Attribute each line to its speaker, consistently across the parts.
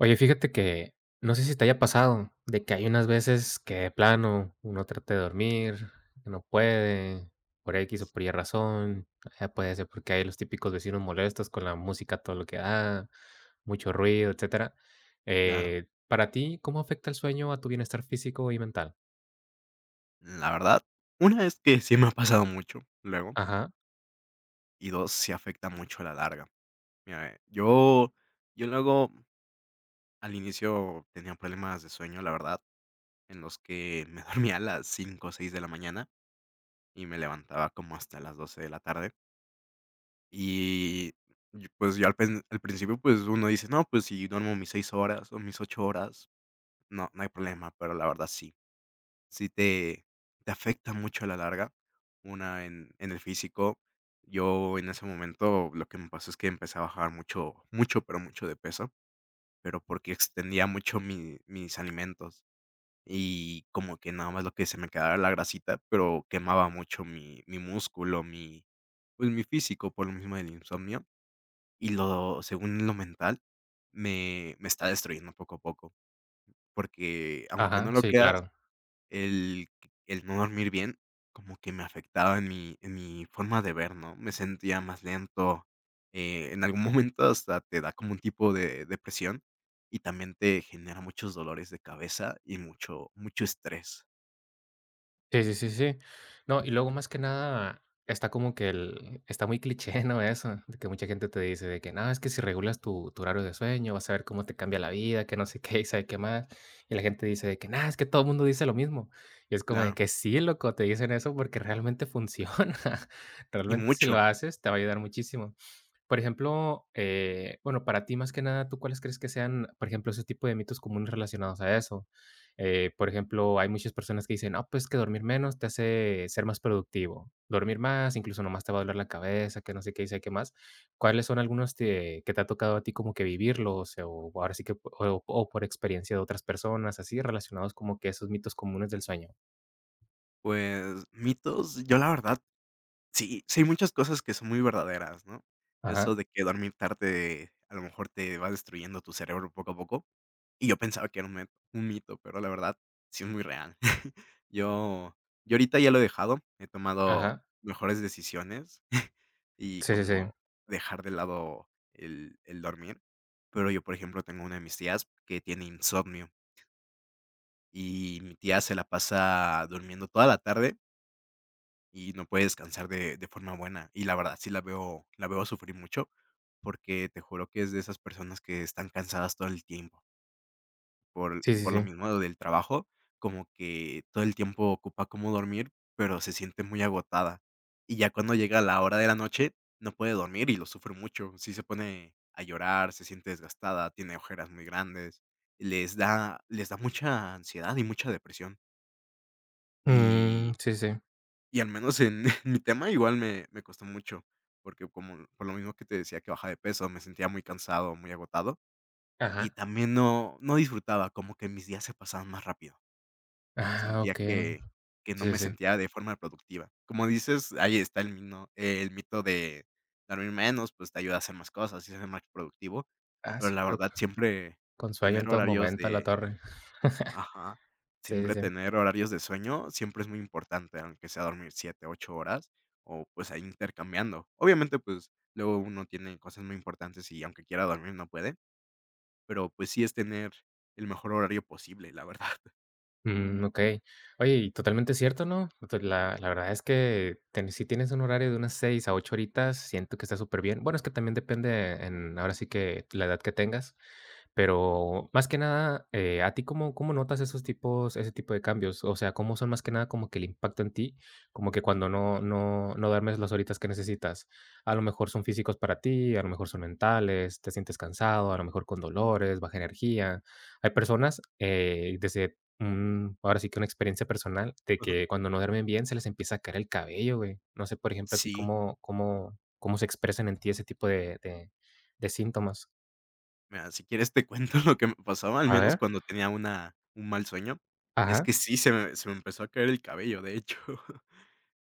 Speaker 1: Oye, fíjate que no sé si te haya pasado de que hay unas veces que de plano uno trata de dormir, que no puede, por X o por Y razón, ya puede ser porque hay los típicos vecinos molestos con la música, todo lo que da, mucho ruido, etcétera.
Speaker 2: Claro,
Speaker 1: Para ti, ¿cómo afecta el sueño a tu bienestar físico y mental?
Speaker 2: la verdad, una es que sí me ha pasado mucho luego,
Speaker 1: Ajá,
Speaker 2: y 2 sí afecta mucho a la larga. Mira, yo luego al inicio tenía problemas de sueño, la verdad, en los que me dormía a las 5 o 6 de la mañana y me levantaba como hasta las 12 de la tarde. Y, y pues yo al principio, pues uno dice: "No, pues si duermo mis 6 horas o mis 8 horas, no hay problema", pero la verdad sí. Sí, te afecta mucho a la larga, una en el físico. Yo en ese momento lo que me pasó es que empecé a bajar mucho, mucho, pero mucho de peso, pero porque extendía mucho mi mis alimentos y como que nada más lo que se me quedara la grasita, pero quemaba mucho mi músculo, pues, mi físico por lo mismo del insomnio y lo según lo mental me está destruyendo poco a poco, porque aunque
Speaker 1: ajá,
Speaker 2: no lo
Speaker 1: sí,
Speaker 2: creas
Speaker 1: claro.
Speaker 2: el el no dormir bien como que me afectaba en mi forma de ver, ¿no? Me sentía más lento, en algún momento hasta te da como un tipo de depresión y también te genera muchos dolores de cabeza y mucho mucho estrés.
Speaker 1: Sí, sí, sí, sí. No, y luego más que nada está como que el está muy cliché, ¿no? Eso, de que mucha gente te dice de que: "No, es que si regulas tu horario de sueño, vas a ver cómo te cambia la vida, que no sé qué, y sabe qué más". Y la gente dice de que: nada es que todo el mundo dice lo mismo". Y es como de
Speaker 2: Claro,
Speaker 1: que sí, loco, te dicen eso porque realmente funciona.
Speaker 2: y
Speaker 1: Realmente si
Speaker 2: mucho.
Speaker 1: lo haces, te va a ayudar muchísimo. Por ejemplo, bueno, para ti más que nada, ¿tú cuáles crees que sean, por ejemplo, ese tipo de mitos comunes relacionados a eso? Por ejemplo, hay muchas personas que dicen, no, pues que dormir menos te hace ser más productivo, dormir más, incluso nomás te va a doler la cabeza, que no sé qué y qué más. ¿Cuáles son algunos que te ha tocado a ti como que vivirlos o ahora sí que, o, por experiencia de otras personas, así relacionados como que esos mitos comunes del sueño?
Speaker 2: Pues, mitos, yo la verdad, sí sí hay muchas cosas que son muy verdaderas, ¿no?
Speaker 1: Ajá,
Speaker 2: Eso de que dormir tarde a lo mejor te va destruyendo tu cerebro poco a poco. Y yo pensaba que era un mito, pero la verdad sí es muy real. Yo yo ahorita ya lo he dejado, he tomado
Speaker 1: ajá,
Speaker 2: mejores decisiones y
Speaker 1: sí, sí, sí,
Speaker 2: como dejar de lado el dormir, pero yo, por ejemplo, tengo una de mis tías que tiene insomnio y mi tía se la pasa durmiendo toda la tarde y no puede descansar de forma buena, y la verdad sí la veo sufrir mucho, porque te juro que es de esas personas que están cansadas todo el tiempo. por
Speaker 1: sí, sí,
Speaker 2: por lo
Speaker 1: sí.
Speaker 2: mismo del trabajo, como que todo el tiempo ocupa como dormir, pero se siente muy agotada. Y ya cuando llega la hora de la noche, no puede dormir y lo sufre mucho. Sí se pone a llorar, se siente desgastada, tiene ojeras muy grandes, les da mucha ansiedad y mucha depresión.
Speaker 1: Mm,
Speaker 2: Y
Speaker 1: sí, sí,
Speaker 2: y al menos en mi tema igual me costó mucho, porque como por lo mismo que te decía que baja de peso, me sentía muy cansado, muy agotado, y
Speaker 1: ajá.
Speaker 2: también no disfrutaba, como que mis días se pasaban más rápido.
Speaker 1: Ah,
Speaker 2: Sentía
Speaker 1: ok.
Speaker 2: que no
Speaker 1: Sí, sí,
Speaker 2: me
Speaker 1: sí.
Speaker 2: sentía de forma productiva. Como dices, ahí está el mito de dormir menos, pues, te ayuda a hacer más cosas y ser más productivo,
Speaker 1: Ah,
Speaker 2: pero
Speaker 1: sí,
Speaker 2: la
Speaker 1: pero
Speaker 2: verdad siempre
Speaker 1: con sueño
Speaker 2: tener
Speaker 1: en todo
Speaker 2: horarios
Speaker 1: momento, la
Speaker 2: de,
Speaker 1: torre.
Speaker 2: ajá,
Speaker 1: Sí, sí,
Speaker 2: siempre
Speaker 1: sí.
Speaker 2: tener horarios de sueño siempre es muy importante, aunque sea dormir 7 8 horas o, pues, ahí intercambiando. Obviamente, pues, luego uno tiene cosas muy importantes y aunque quiera dormir no puede, pero, pues, sí es tener el mejor horario posible, la verdad.
Speaker 1: Mm, okey. Oye, y totalmente cierto, ¿no? Pues, la verdad es que ten si tienes un horario de unas 6 a 8 horitas, siento que está súper bien. Bueno, es que también depende en ahora sí que la edad que tengas, pero más que nada, ¿a ti cómo cómo notas esos tipos ese tipo de cambios? O sea, ¿cómo son más que nada como que el impacto en ti? Como que cuando no duermes las horitas que necesitas, a lo mejor son físicos para ti, a lo mejor son mentales, te sientes cansado, a lo mejor con dolores, baja energía. Hay personas, desde Mm, ahora sí que una experiencia personal de que cuando no duermen bien se les empieza a caer el cabello, güey. No sé, por ejemplo, a ti
Speaker 2: Sí.
Speaker 1: cómo cómo cómo se expresan en ti ese tipo de de síntomas.
Speaker 2: Mira, si quieres te cuento lo que me pasaba, al
Speaker 1: A
Speaker 2: menos
Speaker 1: ver.
Speaker 2: cuando tenía una un mal sueño, y es
Speaker 1: Ajá.
Speaker 2: que sí, se me empezó a caer el cabello, de hecho,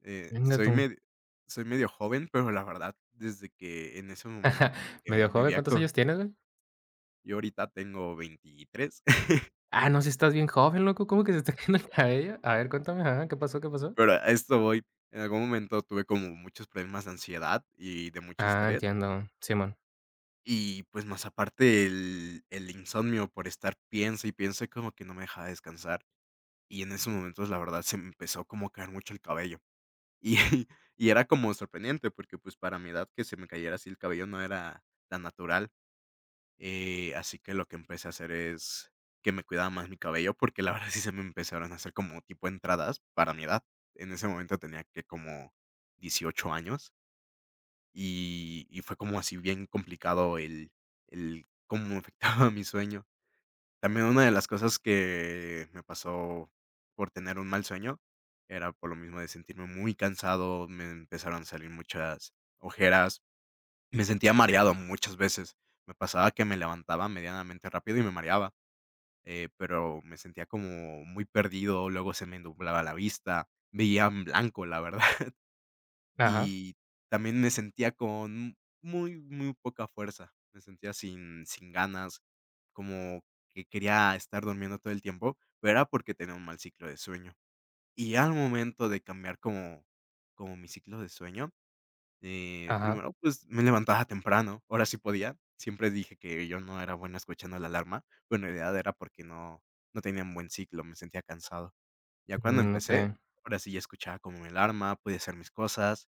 Speaker 2: eh,
Speaker 1: Venga
Speaker 2: soy
Speaker 1: tú.
Speaker 2: medio soy medio joven, pero la verdad, desde que en ese momento como que
Speaker 1: Medio joven,
Speaker 2: vivía
Speaker 1: ¿cuántos
Speaker 2: con
Speaker 1: años tienes, güey?
Speaker 2: yo ahorita tengo 23,
Speaker 1: Ah, no, si estás bien joven, loco, ¿cómo que se está cayendo el cabello? A ver, cuéntame, ajá, ¿qué pasó? ¿Qué pasó?
Speaker 2: pero a esto voy. En algún momento tuve como muchos problemas de ansiedad y de mucho
Speaker 1: Ah,
Speaker 2: estrés,
Speaker 1: entiendo, simón.
Speaker 2: y pues más aparte el insomnio por estar piense y piense como que no me dejaba descansar. Y en esos momentos, la verdad, se me empezó como a caer mucho el cabello. Y y era como sorprendente, porque, pues, para mi edad que se me cayera así el cabello no era tan natural, así que lo que empecé a hacer es que me cuidaba más mi cabello, porque la verdad sí se me empezaron a hacer como tipo entradas para mi edad. En ese momento tenía que como 18 años, y fue como así bien complicado el cómo me afectaba mi sueño. También una de las cosas que me pasó por tener un mal sueño, era por lo mismo de sentirme muy cansado, me empezaron a salir muchas ojeras, me sentía mareado muchas veces. Me pasaba que me levantaba medianamente rápido y me mareaba, pero me sentía como muy perdido, luego se me nublaba la vista, veía en blanco, la verdad.
Speaker 1: Ajá,
Speaker 2: Y también me sentía con muy, muy poca fuerza, me sentía sin ganas, como que quería estar durmiendo todo el tiempo, pero era porque tenía un mal ciclo de sueño. Y al momento de cambiar como mi ciclo de sueño,
Speaker 1: ajá.
Speaker 2: primero, pues, me levantaba temprano, ahora sí podía. Siempre dije que yo no era bueno escuchando la alarma, bueno en realidad era porque no tenía un buen ciclo, me sentía cansado. Ya cuando
Speaker 1: Mm,
Speaker 2: empecé,
Speaker 1: okey,
Speaker 2: ahora sí ya escuchaba como mi alarma, podía hacer mis cosas,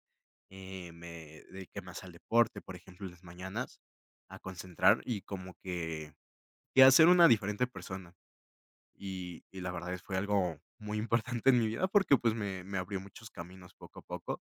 Speaker 2: me dediqué más al deporte, por ejemplo, en las mañanas, a concentrar y como que, y a ser una diferente persona. Y la verdad es fue algo muy importante en mi vida porque pues me abrió muchos caminos poco a poco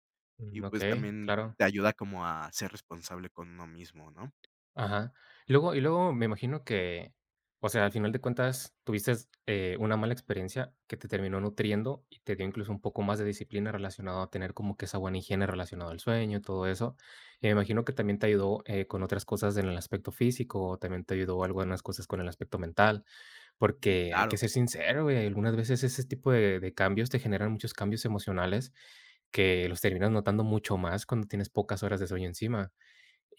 Speaker 2: y
Speaker 1: mm,
Speaker 2: pues
Speaker 1: okey,
Speaker 2: también
Speaker 1: claro.
Speaker 2: te ayuda como a ser responsable con uno mismo, ¿no?
Speaker 1: Ajá. Luego y luego me imagino que, o sea, al final de cuentas tuviste, una mala experiencia que te terminó nutriendo y te dio incluso un poco más de disciplina relacionado a tener como que esa buena higiene relacionado al sueño y todo eso. Y me imagino que también te ayudó, con otras cosas en el aspecto físico, o también te ayudó algo algunas cosas con el aspecto mental, porque hay que
Speaker 2: Claro,
Speaker 1: ser sincero, güey, algunas veces ese tipo de cambios te generan muchos cambios emocionales que los terminas notando mucho más cuando tienes pocas horas de sueño encima.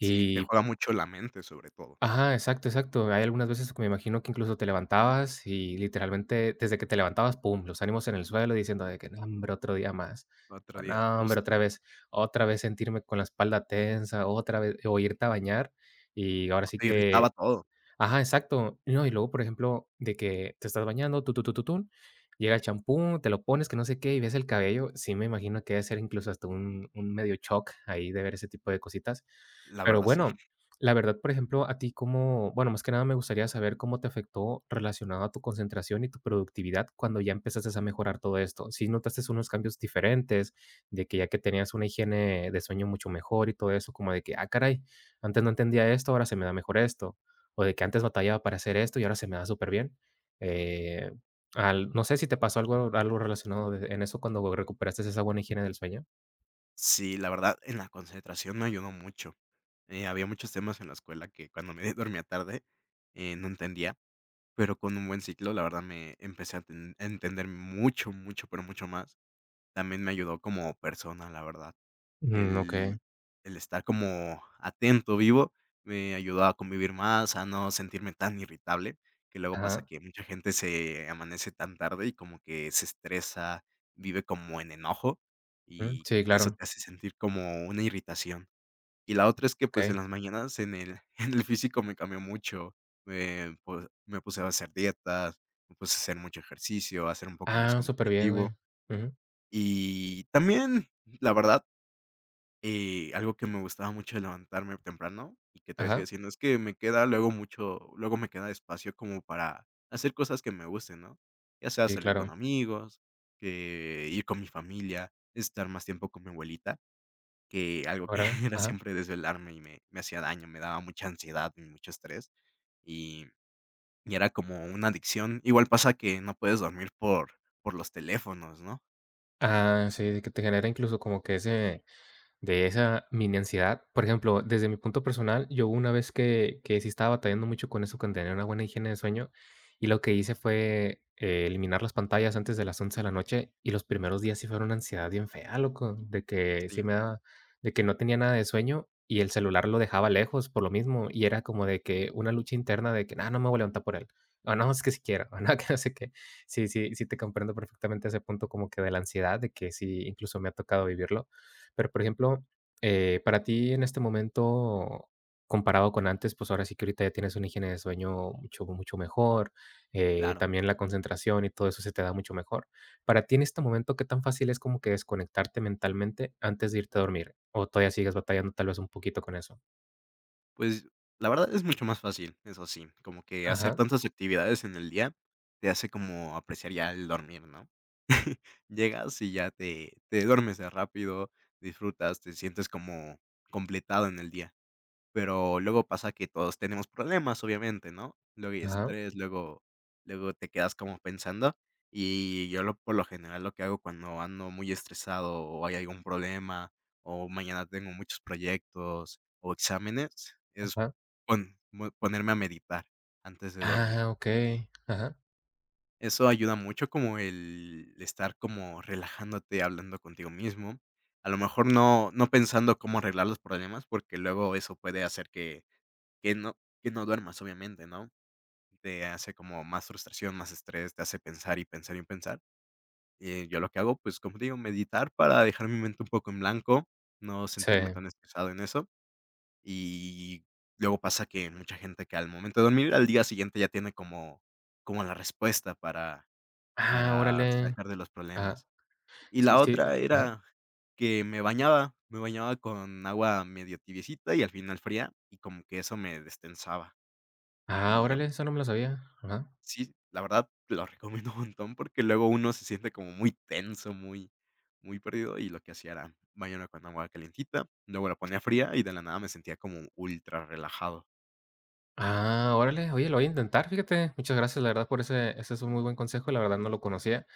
Speaker 2: sí, te juega mucho la mente sobre todo.
Speaker 1: ajá, exacto, exacto. Hay algunas veces que me imagino que incluso te levantabas y literalmente desde que te levantabas, pum, los ánimos en el suelo diciendo de que, no, hombre, otro día más.
Speaker 2: Otro
Speaker 1: O,
Speaker 2: día,
Speaker 1: no, hombre,
Speaker 2: justo.
Speaker 1: otra vez sentirme con la espalda tensa, otra vez, o irte a bañar. Y ahora sí
Speaker 2: Te irritaba
Speaker 1: que
Speaker 2: todo,
Speaker 1: ajá, exacto. No, y luego, por ejemplo, de que te estás bañando, llega el champú, te lo pones, que no sé qué, y ves el cabello. Sí, me imagino que debe ser incluso hasta un medio shock ahí de ver ese tipo de cositas.
Speaker 2: la
Speaker 1: Pero
Speaker 2: verdad sí.
Speaker 1: bueno, la verdad, por ejemplo, a ti cómo bueno, más que nada me gustaría saber cómo te afectó relacionado a tu concentración y tu productividad cuando ya empezaste a mejorar todo esto. Si notaste unos cambios diferentes, de que ya que tenías una higiene de sueño mucho mejor y todo eso, como de que, ah, caray, antes no entendía esto, ¿ahora se me da mejor esto? O de que antes batallaba para hacer esto y ahora se me da superbién. Eh, Al no sé si te pasó algo algo relacionado de en eso cuando recuperaste esa buena higiene del sueño.
Speaker 2: Sí, la verdad, en la concentración me ayudó mucho. Había muchos temas en la escuela que cuando me dormía tarde, no entendía, pero con un buen ciclo, la verdad, me empecé a, ten- a entender mucho, mucho, pero mucho más. También me ayudó como persona, la verdad.
Speaker 1: Mm, okey.
Speaker 2: El el estar como atento, vivo, me ayudó a convivir más, a no sentirme tan irritable, que luego pasa
Speaker 1: Ajá,
Speaker 2: que mucha gente se amanece tan tarde y como que se estresa, vive como en enojo,
Speaker 1: ujú,
Speaker 2: y
Speaker 1: sí,
Speaker 2: eso
Speaker 1: claro,
Speaker 2: te hace sentir como una irritación. Y la otra es que, pues,
Speaker 1: okey.
Speaker 2: en las mañanas en el en el físico me cambió mucho, me puse a hacer dietas, me puse a hacer mucho ejercicio, a ser un poco más
Speaker 1: Ah, superbién, güey.
Speaker 2: competitivo,
Speaker 1: Ujú,
Speaker 2: y también, la verdad, y algo que me gustaba mucho de levantarme temprano, y que todavía sigue
Speaker 1: ajá,
Speaker 2: haciendo, es que me queda luego mucho luego me queda espacio como para hacer cosas que me gusten, ¿no? Ya sea
Speaker 1: sí,
Speaker 2: salir con
Speaker 1: claro,
Speaker 2: amigos, que ir con mi familia, estar más tiempo con mi abuelita, que algo que
Speaker 1: órale,
Speaker 2: era
Speaker 1: ajá.
Speaker 2: siempre desvelarme y me hacía daño, me daba mucha ansiedad y mucho estrés, y y era como una adicción. Igual pasa que no puedes dormir por los teléfonos, ¿no?
Speaker 1: Ah, sí, que te genera incluso como que ese de esa mini ansiedad. Por ejemplo, desde mi punto personal, yo hubo una vez que sí estaba batallando mucho con eso, con tener una buena higiene de sueño, y lo que hice fue, eliminar las pantallas antes de las 11 de la noche, y los primeros días sí fueron una ansiedad bien fea, loco, de que sí
Speaker 2: Sí,
Speaker 1: me daba de que no tenía nada de sueño y el celular lo dejaba lejos por lo mismo, y era como de que una lucha interna de que: "No, no me voy a levantar por él, o no, es que si quiero, o no, que no sé qué". Sí, sí, sí te comprendo perfectamente ese punto como que de la ansiedad, de que sí, incluso me ha tocado vivirlo. Pero, por ejemplo, para ti en este momento, comparado con antes, pues, ahora sí que ahorita ya tienes una higiene de sueño mucho mejor,
Speaker 2: claro.
Speaker 1: también la concentración y todo eso se te da mucho mejor. Para ti en este momento, ¿qué tan fácil es como que desconectarte mentalmente antes de irte a dormir? ¿O todavía sigues batallando tal vez un poquito con eso?
Speaker 2: Pues, la verdad es mucho más fácil, eso sí, como que hacer
Speaker 1: Ajá,
Speaker 2: tantas actividades en el día te hace como apreciar ya el dormir, ¿no? Llegas y ya te duermes de rápido, disfrutas, te sientes como completado en el día. Pero luego pasa que todos tenemos problemas, obviamente, ¿no? Luego hay
Speaker 1: ajá,
Speaker 2: estrés, luego te quedas como pensando, y yo lo por lo general lo que hago cuando ando muy estresado, o hay algún problema, o mañana tengo muchos proyectos o exámenes, es
Speaker 1: ajá.
Speaker 2: ponerme a meditar antes de dormir.
Speaker 1: Ah, okey. Ajá.
Speaker 2: Eso ayuda mucho como el estar como relajándote, hablando contigo mismo. A lo mejor no pensando cómo arreglar los problemas, porque luego eso puede hacer que que no que no duermas, obviamente, ¿no? Te hace como más frustración, más estrés, te hace pensar y pensar y pensar. Yo lo que hago, pues, como te digo, meditar para dejar mi mente un poco en blanco, no
Speaker 1: Sí.
Speaker 2: sentirme tan estresado en eso. Y luego pasa que mucha gente que al momento de dormir, al día siguiente ya tiene como como la respuesta para
Speaker 1: Ah,
Speaker 2: para
Speaker 1: órale.
Speaker 2: sacar de los
Speaker 1: Ajá.
Speaker 2: problemas. Y
Speaker 1: Sí,
Speaker 2: la
Speaker 1: sí.
Speaker 2: otra
Speaker 1: Ajá.
Speaker 2: era que me bañaba con agua medio tibiecita y al final fría, y como que eso me destensaba,
Speaker 1: Ah,
Speaker 2: y ya
Speaker 1: órale, eso no me lo sabía. Ajá.
Speaker 2: sí, la verdad lo recomiendo un montón, porque luego uno se siente como muy tenso, muy muy perdido, y lo que hacía era bañarme con agua calentita, luego la ponía fría y de la nada me sentía como ultra relajado.
Speaker 1: Ah, órale. Oye, lo voy a intentar, fíjate. Muchas gracias, la verdad, por ese es un muy buen consejo, la verdad no lo conocía.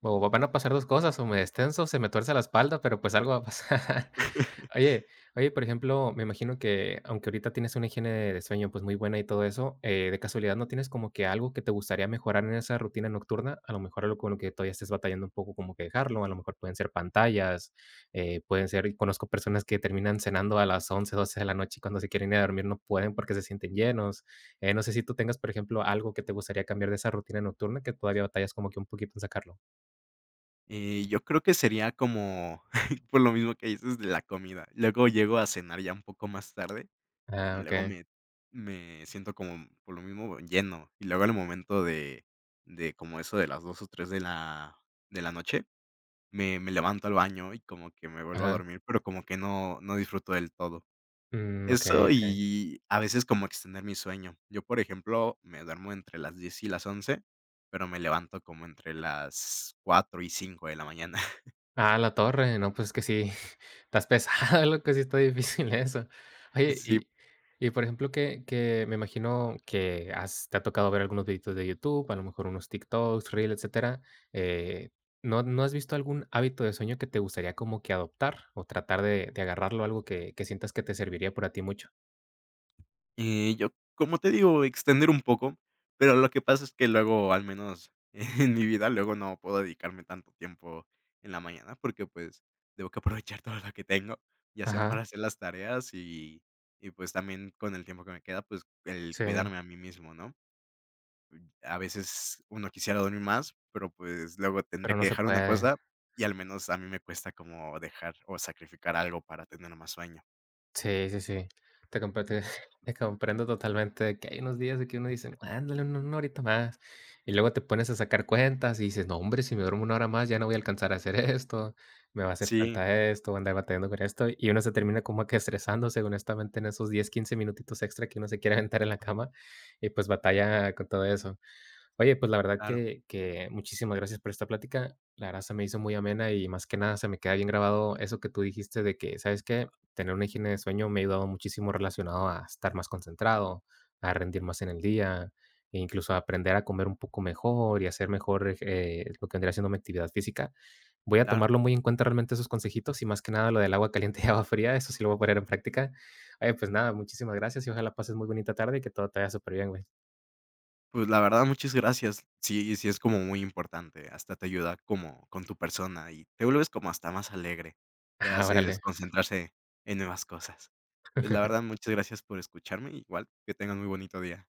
Speaker 1: O va van a pasar 2 cosas, o me destenso, se me tuerce la espalda, pero, pues, algo va a pasar. Oye oye, por ejemplo, me imagino que, aunque ahorita tienes una higiene de sueño, pues, muy buena y todo eso, de casualidad, ¿no tienes como que algo que te gustaría mejorar en esa rutina nocturna? A lo mejor algo con lo que todavía estés batallando un poco como que dejarlo, a lo mejor pueden ser pantallas, pueden ser conozco personas que terminan cenando a las 11 o 12 de la noche, y cuando se quieren ir a dormir no pueden porque se sienten llenos. No sé si tú tengas, por ejemplo, algo que te gustaría cambiar de esa rutina nocturna que todavía batallas como que un poquito en sacarlo.
Speaker 2: Yo creo que sería como por lo mismo que dices de la comida. Luego llego a cenar ya un poco más tarde, y
Speaker 1: Ah,
Speaker 2: luego
Speaker 1: okey.
Speaker 2: me siento como, por lo mismo, lleno, y luego al momento de como eso de las 2 o 3 de la noche. Me levanto al baño y como que me vuelvo a
Speaker 1: Ajá.
Speaker 2: dormir, pero como que no disfruto del todo.
Speaker 1: Mm, okey,
Speaker 2: Eso
Speaker 1: okey.
Speaker 2: y a veces como extender mi sueño. Yo, por ejemplo, me duermo entre las 10 y las 11 pero me levanto como entre las 4 y 5 de la mañana.
Speaker 1: Ah, la torre. No, pues, es que sí, estás pesada, loco, sí está difícil eso. Oye,
Speaker 2: Sí.
Speaker 1: por ejemplo, que me imagino que has te ha tocado ver algunos videitos de YouTube, a lo mejor unos TikToks, Reels, etcétera, eh, no has visto algún hábito de sueño que te gustaría como que adoptar o tratar de agarrarlo, algo que sientas que te serviría por a ti mucho?
Speaker 2: Yo, como te digo, extender un poco, pero lo que pasa es que luego, al menos en mi vida, luego no puedo dedicarme tanto tiempo en la mañana porque pues tengo que aprovechar todo lo que tengo, ya sea para
Speaker 1: Ajá,
Speaker 2: hacer las tareas y pues también con el tiempo que me queda, pues el
Speaker 1: sí,
Speaker 2: cuidarme a mí mismo, ¿no? A veces uno quisiera dormir más, pero pues luego tendría
Speaker 1: pero
Speaker 2: que
Speaker 1: no se
Speaker 2: dejar una
Speaker 1: puede.
Speaker 2: cosa y al menos a mí me cuesta como dejar o sacrificar algo para tener más sueño.
Speaker 1: Sí, sí, sí. Te compre te te comprendo totalmente, de que hay unos días de que uno dice: "Ándale, un una horita más", y luego te pones a sacar cuentas y dices: "No, hombre, si me duermo una hora más, ya no voy a alcanzar a hacer esto, me va a hacer
Speaker 2: Sí,
Speaker 1: falta esto, voy a andar batallando con esto", y uno se termina como que estresándose, honestamente, en esos 10, 15 minutitos extra que uno se quiere aventar en la cama, y pues batalla con todo eso. Oye, pues la verdad
Speaker 2: claro,
Speaker 1: que muchísimas gracias por esta plática. La verdad se me hizo muy amena y más que nada se me queda bien grabado eso que tú dijiste de que, ¿sabes qué? Tener una higiene de sueño me ha ayudado muchísimo relacionado a estar más concentrado, a rendir más en el día, e incluso a aprender a comer un poco mejor y hacer mejor, ej lo que vendría siendo mi actividad física. Voy a
Speaker 2: claro.
Speaker 1: tomarlo muy en cuenta realmente esos consejitos y más que nada lo del agua caliente y agua fría, eso sí lo voy a poner en práctica. Oye, pues nada, muchísimas gracias y ojalá pases muy bonita tarde y que todo te vaya súper bien, güey.
Speaker 2: Pues, la verdad, muchas gracias. Sí, sí es como muy importante, hasta te ayuda como con tu persona y te vuelves como hasta más alegre, te
Speaker 1: Ah,
Speaker 2: hace
Speaker 1: órale.
Speaker 2: desconcentrarse en nuevas cosas. Pues, la verdad, muchas gracias por escucharme, igual que tengas muy bonito día.